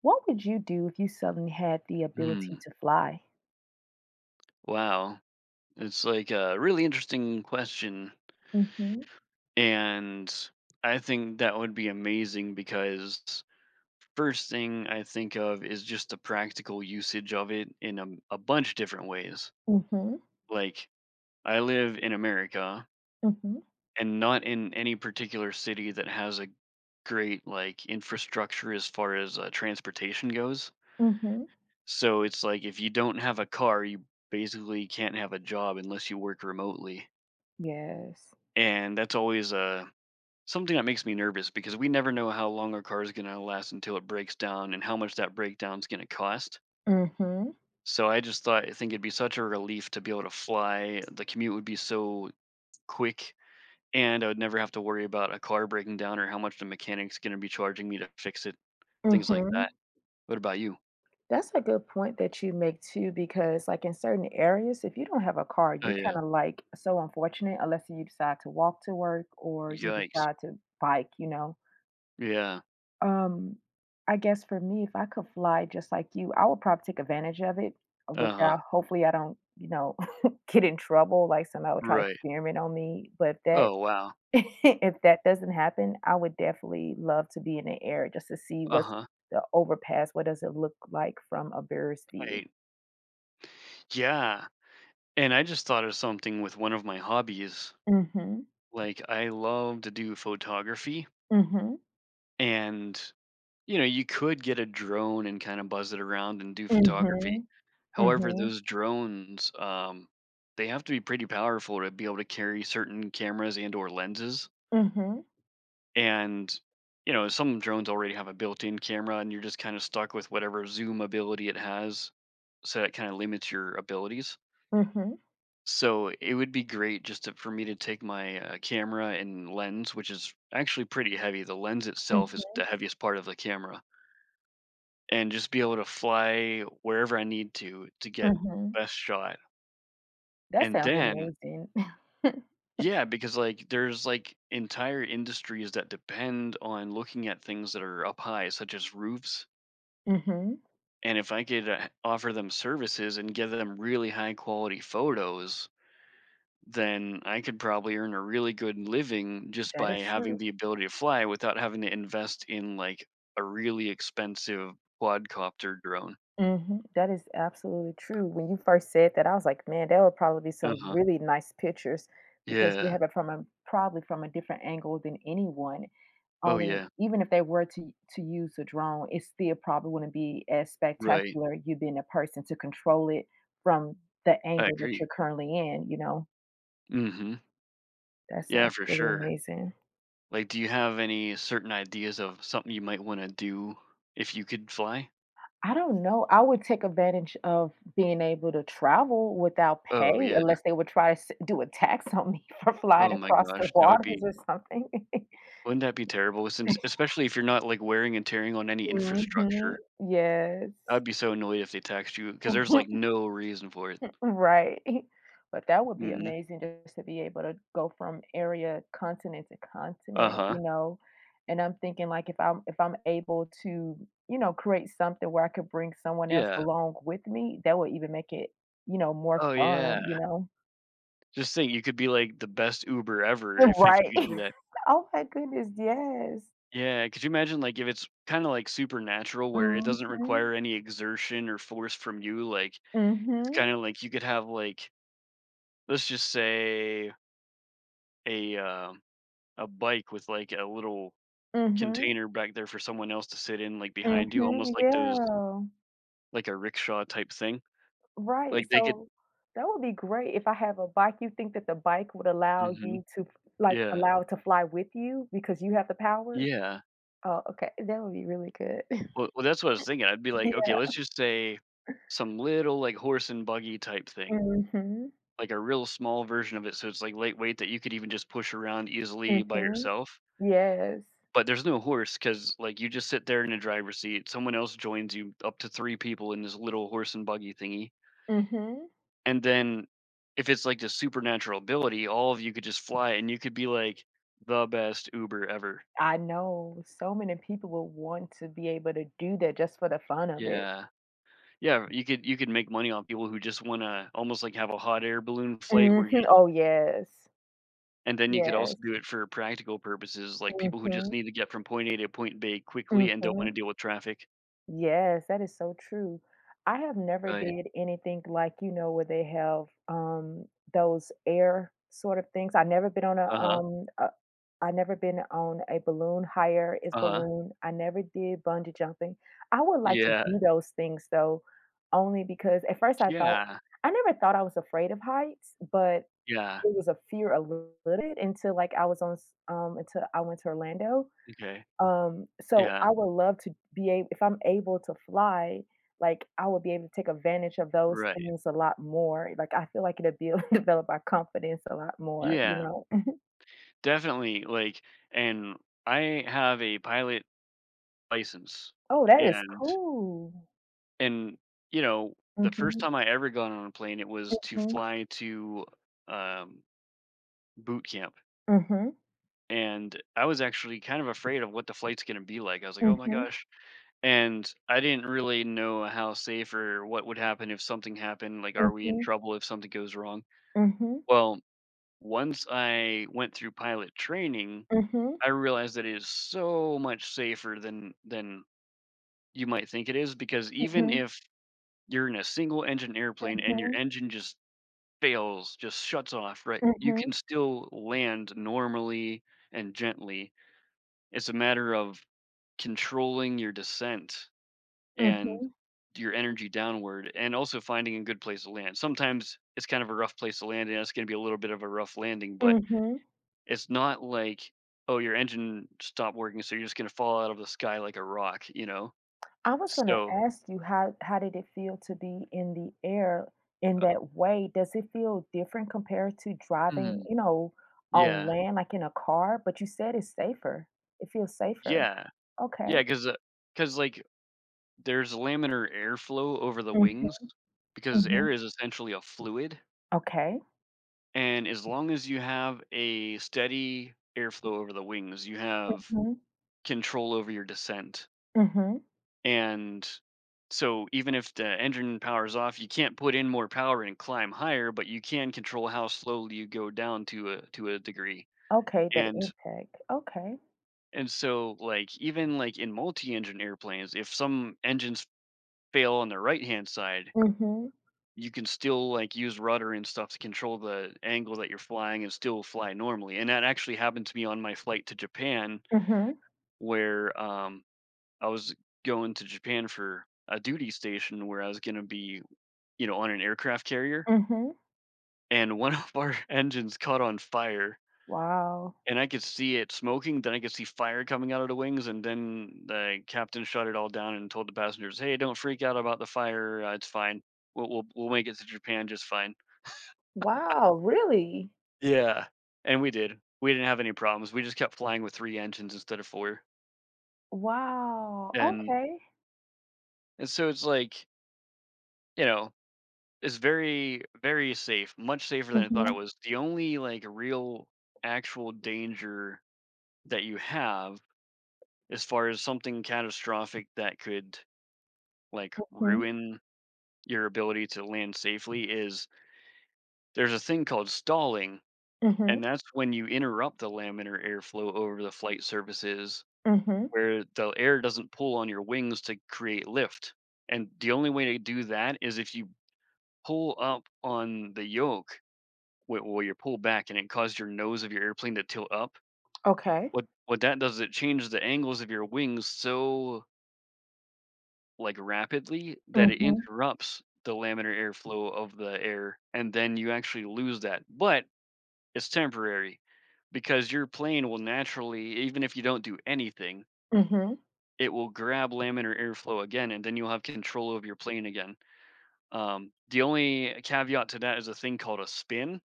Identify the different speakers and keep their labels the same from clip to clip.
Speaker 1: What would you do if you suddenly had the ability
Speaker 2: Hmm.
Speaker 1: to fly?
Speaker 2: Wow. It's like a really interesting question.
Speaker 1: Mm, mhm.
Speaker 2: And I think that would be amazing because first thing I think of is just the practical usage of it in a bunch of different ways.
Speaker 1: Mm, mhm.
Speaker 2: Like, I live in America
Speaker 1: Mm, mhm.
Speaker 2: and not in any particular city that has a great like infrastructure as far as transportation goes.
Speaker 1: Mm, mhm.
Speaker 2: So it's like if you don't have a car, you basically can't have a job unless you work remotely.
Speaker 1: Yes.
Speaker 2: And that's always something that makes me nervous because we never know how long our car is going to last until it breaks down and how much that breakdown is going to cost.
Speaker 1: Mm, mhm.
Speaker 2: So I just thought I think it'd be such a relief to be able to fly. The commute would be so quick, and I would never have to worry about a car breaking down or how much the mechanic's going to be charging me to fix it,
Speaker 1: Mm,
Speaker 2: things like
Speaker 1: mhm.
Speaker 2: that. What about you?
Speaker 1: That's a good point that you make too, because like in certain areas, if you don't have a car,
Speaker 2: Oh
Speaker 1: you're kind
Speaker 2: yeah,
Speaker 1: of like so unfortunate unless you decide to walk to work or you
Speaker 2: yikes.
Speaker 1: decide to bike, you know.
Speaker 2: Yeah.
Speaker 1: Um, I guess for me, if I could fly just like you, I would probably take advantage of it
Speaker 2: Uh huh.
Speaker 1: without hopefully I don't, get in trouble, like somebody would try to
Speaker 2: Right.
Speaker 1: experiment on me. But if that
Speaker 2: Oh wow.
Speaker 1: if that doesn't happen, I would definitely love to be in the air just to see
Speaker 2: Uh
Speaker 1: what's
Speaker 2: huh.
Speaker 1: the overpass, what does it look like from a bird's view.
Speaker 2: Right. Yeah. And I just thought of something with one of my hobbies.
Speaker 1: Mhm.
Speaker 2: Like I love to do photography,
Speaker 1: Mhm.
Speaker 2: and you could get a drone and kind of buzz it around and do photography.
Speaker 1: Mhm.
Speaker 2: However,
Speaker 1: Mhm.
Speaker 2: those drones they have to be pretty powerful to be able to carry certain cameras and or lenses.
Speaker 1: Mhm.
Speaker 2: And some drones already have a built-in camera and you're just kind of stuck with whatever zoom ability it has, so that kind of limits your abilities.
Speaker 1: Mhm.
Speaker 2: So it would be great just to, for me to take my camera and lens, which is actually pretty heavy. The lens itself is the
Speaker 1: Mhm.
Speaker 2: heaviest part of the camera, and just be able to fly wherever I need to get
Speaker 1: Mhm.
Speaker 2: the best shot.
Speaker 1: That
Speaker 2: And
Speaker 1: sounds
Speaker 2: then,
Speaker 1: amazing.
Speaker 2: yeah, because like there's like entire industries that depend on looking at things that are up high, such as roofs.
Speaker 1: Mhm.
Speaker 2: And if I could offer them services and give them really high quality photos, then I could probably earn a really good living just
Speaker 1: That
Speaker 2: by
Speaker 1: is true.
Speaker 2: having the ability to fly without having to invest in like a really expensive quadcopter drone.
Speaker 1: Mhm, that is absolutely true. When you first said that, I was like, "Man, that would probably be
Speaker 2: Uh
Speaker 1: some
Speaker 2: huh.
Speaker 1: really nice pictures," because you
Speaker 2: Yeah.
Speaker 1: have it from a probably from a different angle than anyone.
Speaker 2: Oh,
Speaker 1: Only
Speaker 2: yeah.
Speaker 1: even if they were to use a drone, it still probably wouldn't be as
Speaker 2: Right.
Speaker 1: spectacular you being a person to control it from the
Speaker 2: I
Speaker 1: angle that
Speaker 2: agree.
Speaker 1: you're currently in, you know?
Speaker 2: Mm-hmm.
Speaker 1: That
Speaker 2: Yeah,
Speaker 1: sounds
Speaker 2: for
Speaker 1: really
Speaker 2: sure.
Speaker 1: amazing.
Speaker 2: Like, do you have any certain ideas of something you might want to do if you could fly?
Speaker 1: I don't know. I would take advantage of being able to travel without
Speaker 2: Oh
Speaker 1: pay
Speaker 2: yeah.
Speaker 1: unless they would try to s do a tax on me for flying
Speaker 2: Oh my
Speaker 1: across the
Speaker 2: gosh, that would
Speaker 1: waters
Speaker 2: be.
Speaker 1: or something.
Speaker 2: Wouldn't that be terrible? Since especially if you're not like wearing and tearing on any
Speaker 1: Mhm.
Speaker 2: infrastructure.
Speaker 1: Yes.
Speaker 2: I'd be so annoyed if they text you because there's, like, no reason for it.
Speaker 1: Right. But that would be
Speaker 2: Mhm.
Speaker 1: amazing just to be able to go from area, continent to continent,
Speaker 2: Uh-huh.
Speaker 1: you know? And I'm thinking like if I'm able to, create something where I could bring someone else
Speaker 2: Yeah.
Speaker 1: along with me, that would even make it, more
Speaker 2: Oh,
Speaker 1: fun, you
Speaker 2: yeah.
Speaker 1: know?
Speaker 2: Just think, you could be, like, the best Uber ever
Speaker 1: Yeah,
Speaker 2: if
Speaker 1: right.
Speaker 2: you could do that.
Speaker 1: Oh my goodness, yes.
Speaker 2: Yeah, could you imagine, like, if it's kinda, like, supernatural where it
Speaker 1: Mhm,
Speaker 2: doesn't require any exertion or force from you, like, it's
Speaker 1: mhm,
Speaker 2: kinda like you could have, like, let's just say a, um, a bike with, like, a little
Speaker 1: mhm,
Speaker 2: container back there for someone else to sit in, like, behind you,
Speaker 1: mhm,
Speaker 2: almost like those
Speaker 1: yeah.
Speaker 2: like a rickshaw type thing.
Speaker 1: Right,
Speaker 2: Like, they could.
Speaker 1: so that would be great if I have a bike, you think that the bike would allow
Speaker 2: Mhm.
Speaker 1: you to f like,
Speaker 2: Yeah.
Speaker 1: allow it to fly with you because you have the power?
Speaker 2: Yeah.
Speaker 1: Oh, okay, that would be really good.
Speaker 2: Well, that's what I was thinking. I'd be like, "Okay,
Speaker 1: Yeah.
Speaker 2: let's just say some little, like, horse and buggy type thing,
Speaker 1: Mhm,
Speaker 2: like a real small version of it, so it's, like, lightweight that you could even just push around easily by
Speaker 1: mhm,
Speaker 2: yourself."
Speaker 1: yes.
Speaker 2: But there's no horse because like, you just sit there in the driver's seat, someone else joins you, up to 3 people in this little horse and buggy thingy,
Speaker 1: Mhm.
Speaker 2: and then if it's, like, the supernatural ability, all of you could just fly, and you could be, like, the best Uber ever.
Speaker 1: I know so many people will want to be able to do that just for the fun of it.
Speaker 2: Yeah. Yeah, you could make money on people who just wanna almost, like, have a hot air balloon flight where you
Speaker 1: Mhm,
Speaker 2: just
Speaker 1: oh, yes.
Speaker 2: and then you could also
Speaker 1: Yes.
Speaker 2: do it for practical purposes, like, people who
Speaker 1: Mhm.
Speaker 2: just need to get from point A to point B quickly and don't
Speaker 1: Mhm.
Speaker 2: wanna deal with traffic.
Speaker 1: Yes, that is so true. I have never
Speaker 2: Right.
Speaker 1: did anything like, where they have, those air sort of things. I've never been on a,
Speaker 2: Uh-huh,
Speaker 1: um, a I never been on a balloon, higher is
Speaker 2: uh-huh.
Speaker 1: balloon. I never did bungee jumping. I would like to
Speaker 2: Yeah,
Speaker 1: do those things though, only because at first
Speaker 2: yeah,
Speaker 1: I never thought I was afraid of heights, but
Speaker 2: yeah,
Speaker 1: it was a fear a little bit until like I was on s until I went to Orlando.
Speaker 2: okay.
Speaker 1: So
Speaker 2: Yeah,
Speaker 1: I would love to be able if I'm able to fly, like, I would be able to take advantage of those
Speaker 2: right.
Speaker 1: things a lot more. Like, I feel like it would build develop my confidence a lot more, you
Speaker 2: Yeah,
Speaker 1: know?
Speaker 2: definitely, like and I have a pilot license,
Speaker 1: Oh, that is
Speaker 2: and
Speaker 1: cool.
Speaker 2: and, the first
Speaker 1: Mhm,
Speaker 2: time I ever got on a plane, it was to
Speaker 1: mhm,
Speaker 2: fly to, um, boot camp.
Speaker 1: mhm,
Speaker 2: And I was actually kind of afraid of what the flight's gonna be like. I was like, "Oh my
Speaker 1: mhm,
Speaker 2: gosh." And I didn't really know how safe or what would happen if something happened, like, are we in
Speaker 1: mhm,
Speaker 2: trouble if something goes wrong?
Speaker 1: mhm,
Speaker 2: Well, once I went through pilot training, I realized that it is so much safer than you might think it is because even
Speaker 1: mhm,
Speaker 2: if you're in a single engine airplane
Speaker 1: mhm,
Speaker 2: and your
Speaker 1: mhm,
Speaker 2: engine just fails, just shuts off, right, you can
Speaker 1: mhm,
Speaker 2: still land normally and gently. It's a matter of controlling your descent and
Speaker 1: mhm,
Speaker 2: your energy downward, and also finding a good place to land. Sometimes it's kind of a rough place to land, and it's gonna be a little bit of a rough landing, but
Speaker 1: mhm, mhm.
Speaker 2: it's not like, oh, your engine stopped working, so you're just gonna fall out of the sky like a rock, you know?
Speaker 1: I was gonna
Speaker 2: So
Speaker 1: ask you how did it feel to be in the air in that way? Does it feel different compared to driving,
Speaker 2: mm,
Speaker 1: on
Speaker 2: yeah.
Speaker 1: land, like in a car? But you said it's safer. It feels safer.
Speaker 2: Yeah. Yeah,
Speaker 1: Okay.
Speaker 2: because like, there's laminar airflow over the wings
Speaker 1: Mhm,
Speaker 2: because
Speaker 1: mhm.
Speaker 2: air is essentially a fluid.
Speaker 1: Okay.
Speaker 2: And as long as you have a steady airflow over the wings, you have
Speaker 1: Mhm,
Speaker 2: control over your descent.
Speaker 1: mhm.
Speaker 2: And so even if the engine powers off, you can't put in more power and climb higher, but you can control how slowly you go down to a degree.
Speaker 1: Okay, that
Speaker 2: And
Speaker 1: impact. Okay.
Speaker 2: so like even like in multi-engine airplanes, if some engines fail on the right-hand side,
Speaker 1: Mhm,
Speaker 2: you can still, like, use rudder and stuff to control the angle that you're flying and still fly normally, and that actually happened to me on my flight to Japan
Speaker 1: mhm,
Speaker 2: where, I was going to Japan for a duty station where I was gonna be, on an aircraft carrier,
Speaker 1: mhm.
Speaker 2: and one of our engines caught on fire,
Speaker 1: Wow.
Speaker 2: and I could see it smoking, then I could see fire coming out of the wings, and then the captain shut it all down and told the passengers, "Hey, don't freak out about the fire, it's fine. We'll make it to Japan just fine."
Speaker 1: Wow, really?
Speaker 2: Yeah, and we did. We didn't have any problems. We just kept flying with 3 engines instead of 4,
Speaker 1: Wow,
Speaker 2: and
Speaker 1: okay.
Speaker 2: so it's like, you know, it's very, very safe, much safer than I thought it
Speaker 1: Mhm,
Speaker 2: was. The only, like, real actual danger that you have as far as something catastrophic that could, like,
Speaker 1: mhm,
Speaker 2: ruin your ability to land safely is there's a thing called stalling,
Speaker 1: mhm,
Speaker 2: and that's when you interrupt the laminar airflow over the flight surfaces
Speaker 1: mhm.
Speaker 2: where the air doesn't pull on your wings to create lift. And the only way to do that is if you pull up on the yoke, you pull back and it causes your nose of your airplane to tilt up.
Speaker 1: Okay.
Speaker 2: What that does is it changes the angles of your wings so like rapidly that it
Speaker 1: Mhm.
Speaker 2: interrupts the laminar airflow of the air, and then you actually lose that. But it's temporary because your plane will naturally, even if you don't do anything,
Speaker 1: Mhm,
Speaker 2: it will grab laminar airflow again, and then you'll have control of your plane again. The only caveat to that is a thing called a spin,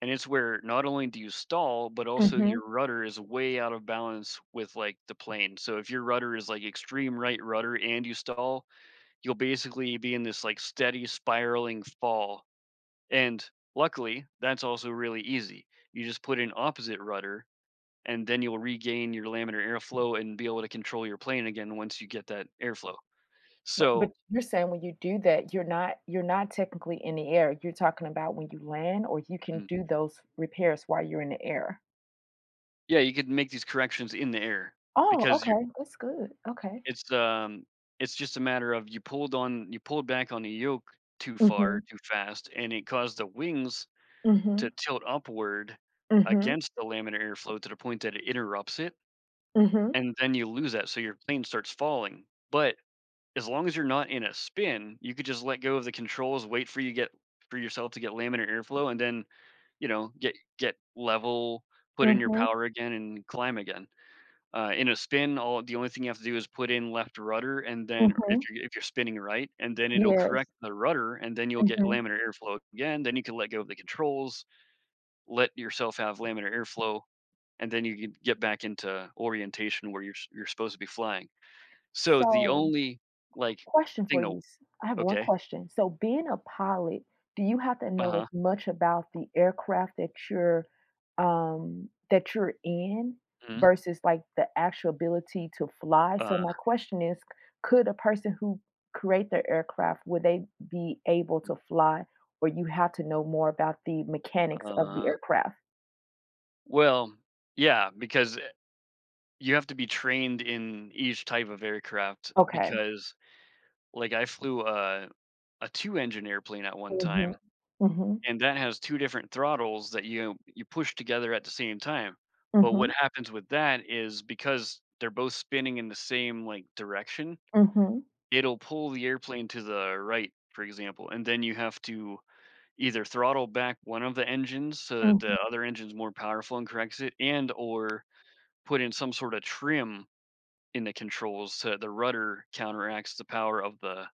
Speaker 2: and it's where not only do you stall, but also
Speaker 1: mhm.
Speaker 2: your rudder is way out of balance with like the plane. So if your rudder is like extreme right rudder and you stall, you'll basically be in this like steady spiraling fall. And luckily, that's also really easy. You just put in opposite rudder and then you'll regain your laminar airflow and be able to control your plane again once you get that airflow.
Speaker 1: But
Speaker 2: So,
Speaker 1: but you're saying when you do that, you're not technically in the air, you're talking about when you land or you can
Speaker 2: mm,
Speaker 1: do those repairs while you're in the air?
Speaker 2: yeah, you could make these corrections in the air
Speaker 1: Oh,
Speaker 2: because you're
Speaker 1: okay, that's good, okay.
Speaker 2: it's, um, it's just a matter of you pulled back on the yoke too far,
Speaker 1: Mhm,
Speaker 2: too fast, and it caused the wings to
Speaker 1: mhm,
Speaker 2: tilt upward
Speaker 1: mhm,
Speaker 2: against the laminar airflow to the point that it interrupts it,
Speaker 1: mhm,
Speaker 2: and then you lose that, so your plane starts falling. But as long as you're not in a spin, you could just let go of the controls, wait for you get for yourself to get laminar airflow, and then, get level, put in your
Speaker 1: mhm,
Speaker 2: power again, and climb again. In a spin, all the only thing you have to do is put in left rudder, and then if
Speaker 1: mhm.
Speaker 2: you're spinning right, and then it'll
Speaker 1: Yes,
Speaker 2: correct the rudder, and then you'll get
Speaker 1: mhm.
Speaker 2: laminar airflow again. Then you can let go of the controls, let yourself have laminar airflow, and then you can get back into orientation where you're supposed to be flying. So the
Speaker 1: So,
Speaker 2: only like
Speaker 1: question for
Speaker 2: thing to
Speaker 1: you. I have one
Speaker 2: Okay.
Speaker 1: question. So, being a pilot, do you have to
Speaker 2: Uh
Speaker 1: know as
Speaker 2: huh.
Speaker 1: much about the aircraft that you're in
Speaker 2: Hmm.
Speaker 1: versus like the actual ability to fly? So,
Speaker 2: uh,
Speaker 1: my question is, could a person who create their aircraft would they be able to fly, or you have to know more about the mechanics of the
Speaker 2: uh,
Speaker 1: aircraft?
Speaker 2: well, yeah, because you have to be trained in each type of aircraft
Speaker 1: Okay.
Speaker 2: because like I flew a two-engine airplane at one
Speaker 1: Mm-hmm.
Speaker 2: time,
Speaker 1: Mm-hmm.
Speaker 2: and that has 2 different throttles that you push together at the same time. But
Speaker 1: Mm-hmm.
Speaker 2: what happens with that is because they're both spinning in the same, like, direction,
Speaker 1: Mm-hmm.
Speaker 2: it'll pull the airplane to the right, for example, and then you have to either throttle back one of the engines so that the
Speaker 1: Mm-hmm.
Speaker 2: other engine's more powerful and corrects it, and or put in some sort of trim in the controls so that the rudder counteracts the power of the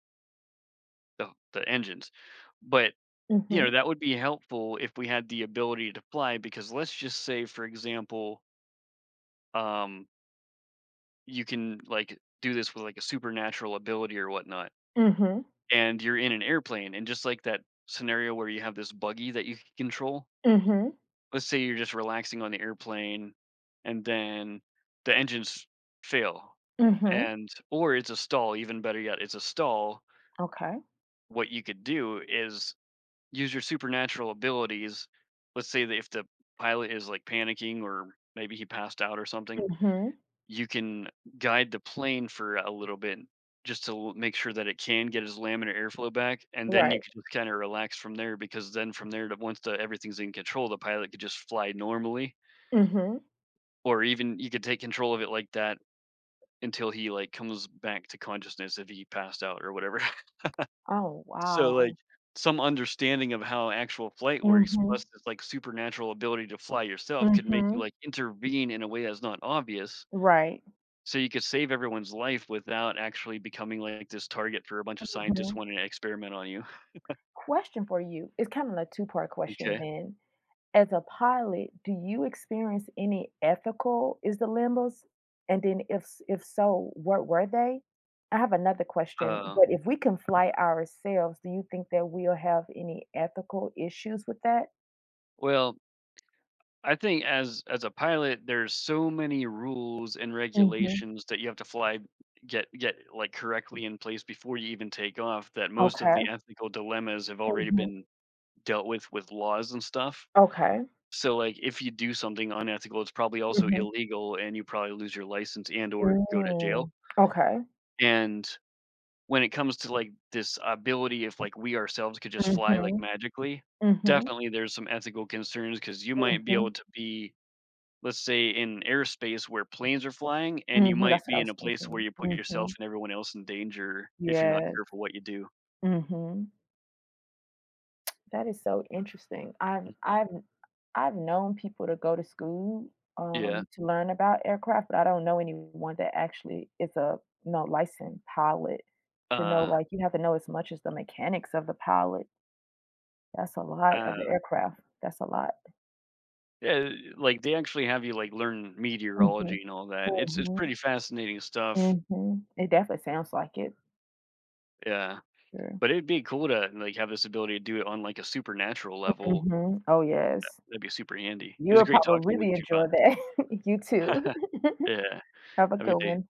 Speaker 2: the the engines. But, you
Speaker 1: Mm-hmm.
Speaker 2: know, that would be helpful if we had the ability to fly because let's just say, for example, um, you can, like, do this with, like, a supernatural ability or whatnot,
Speaker 1: Mm-hmm.
Speaker 2: and you're in an airplane, and just like that scenario where you have this buggy that you can control.
Speaker 1: Mm-hmm.
Speaker 2: Let's say you're just relaxing on the airplane, and then the engines fail,
Speaker 1: Mm-hmm.
Speaker 2: and or it's a stall. Even better yet, it's a stall.
Speaker 1: Okay.
Speaker 2: What you could do is use your supernatural abilities. Let's say that if the pilot is, like, panicking or maybe he passed out or something,
Speaker 1: Mhm.
Speaker 2: you can guide the plane for a little bit just to make sure that it can get its laminar airflow back. And then
Speaker 1: Right.
Speaker 2: you can just kind of relax from there because then from there, to, once the, everything's in control, the pilot could just fly normally,
Speaker 1: Mhm.
Speaker 2: or even you could take control of it like that until he, like, comes back to consciousness if he passed out or whatever.
Speaker 1: Oh,
Speaker 2: So, like,
Speaker 1: wow.
Speaker 2: some understanding of how actual flight works,
Speaker 1: Mhm.
Speaker 2: plus this, like, supernatural ability to fly yourself could make you,
Speaker 1: Mhm.
Speaker 2: like, intervene in a way that's not obvious,
Speaker 1: Right.
Speaker 2: so you could save everyone's life without actually becoming, like, this target for a bunch of scientists
Speaker 1: Mhm.
Speaker 2: wanting to experiment on you.
Speaker 1: Question for you. It's kind of a two-part question
Speaker 2: Okay.
Speaker 1: then. As a pilot, do you experience any ethical is the dilemmas? And then if so, what were they? I have another question,
Speaker 2: Uh,
Speaker 1: but if we can fly ourselves, do you think that we'll have any ethical issues with that?
Speaker 2: well, I think as a pilot, there's so many rules and
Speaker 1: Mhm.
Speaker 2: regulations that you have to fly like, correctly in place before you even take off, that most of
Speaker 1: Okay.
Speaker 2: the ethical dilemmas have already
Speaker 1: Mhm.
Speaker 2: been dealt with laws and stuff.
Speaker 1: Okay.
Speaker 2: So, like, if you do something unethical, it's probably also
Speaker 1: Mhm.
Speaker 2: illegal, and you probably lose your license and or go to jail,
Speaker 1: Mm. Okay.
Speaker 2: and when it comes to, like, this ability, if, like, we ourselves could just fly, like,
Speaker 1: Mhm.
Speaker 2: magically,
Speaker 1: Mhm,
Speaker 2: definitely there's some ethical concerns because you might be able
Speaker 1: mhm,
Speaker 2: to be, let's say, in airspace where planes are flying, and you
Speaker 1: mhm,
Speaker 2: might
Speaker 1: that's what I
Speaker 2: be in
Speaker 1: was
Speaker 2: a place where
Speaker 1: thinking.
Speaker 2: you put yourself
Speaker 1: Mhm,
Speaker 2: and everyone else in danger if you're not
Speaker 1: yes,
Speaker 2: careful what you do.
Speaker 1: mhm. That is so interesting. I've
Speaker 2: Mm.
Speaker 1: I've I've known people to go to school,
Speaker 2: Yeah.
Speaker 1: to learn about aircraft, but I don't know anyone that actually is a licensed pilot to know,
Speaker 2: Uh,
Speaker 1: like, you have to know as much as the mechanics of the pilot. That's a lot of the
Speaker 2: uh
Speaker 1: aircraft. That's a lot.
Speaker 2: Yeah, like, they actually have you, like, learn
Speaker 1: Mhm,
Speaker 2: meteorology and all that. It's
Speaker 1: mhm,
Speaker 2: pretty fascinating stuff.
Speaker 1: mhm. It definitely sounds like it.
Speaker 2: Yeah,
Speaker 1: Sure.
Speaker 2: but it'd be cool to, like, have this ability to do it on, like, a supernatural level.
Speaker 1: Mhm. Oh, yes.
Speaker 2: That'd be super handy. It
Speaker 1: You
Speaker 2: was
Speaker 1: will
Speaker 2: great
Speaker 1: probably
Speaker 2: talking with
Speaker 1: really
Speaker 2: you
Speaker 1: enjoy
Speaker 2: about
Speaker 1: that. You too.
Speaker 2: this. Yeah,
Speaker 1: Have a
Speaker 2: have a good
Speaker 1: good
Speaker 2: day.
Speaker 1: one.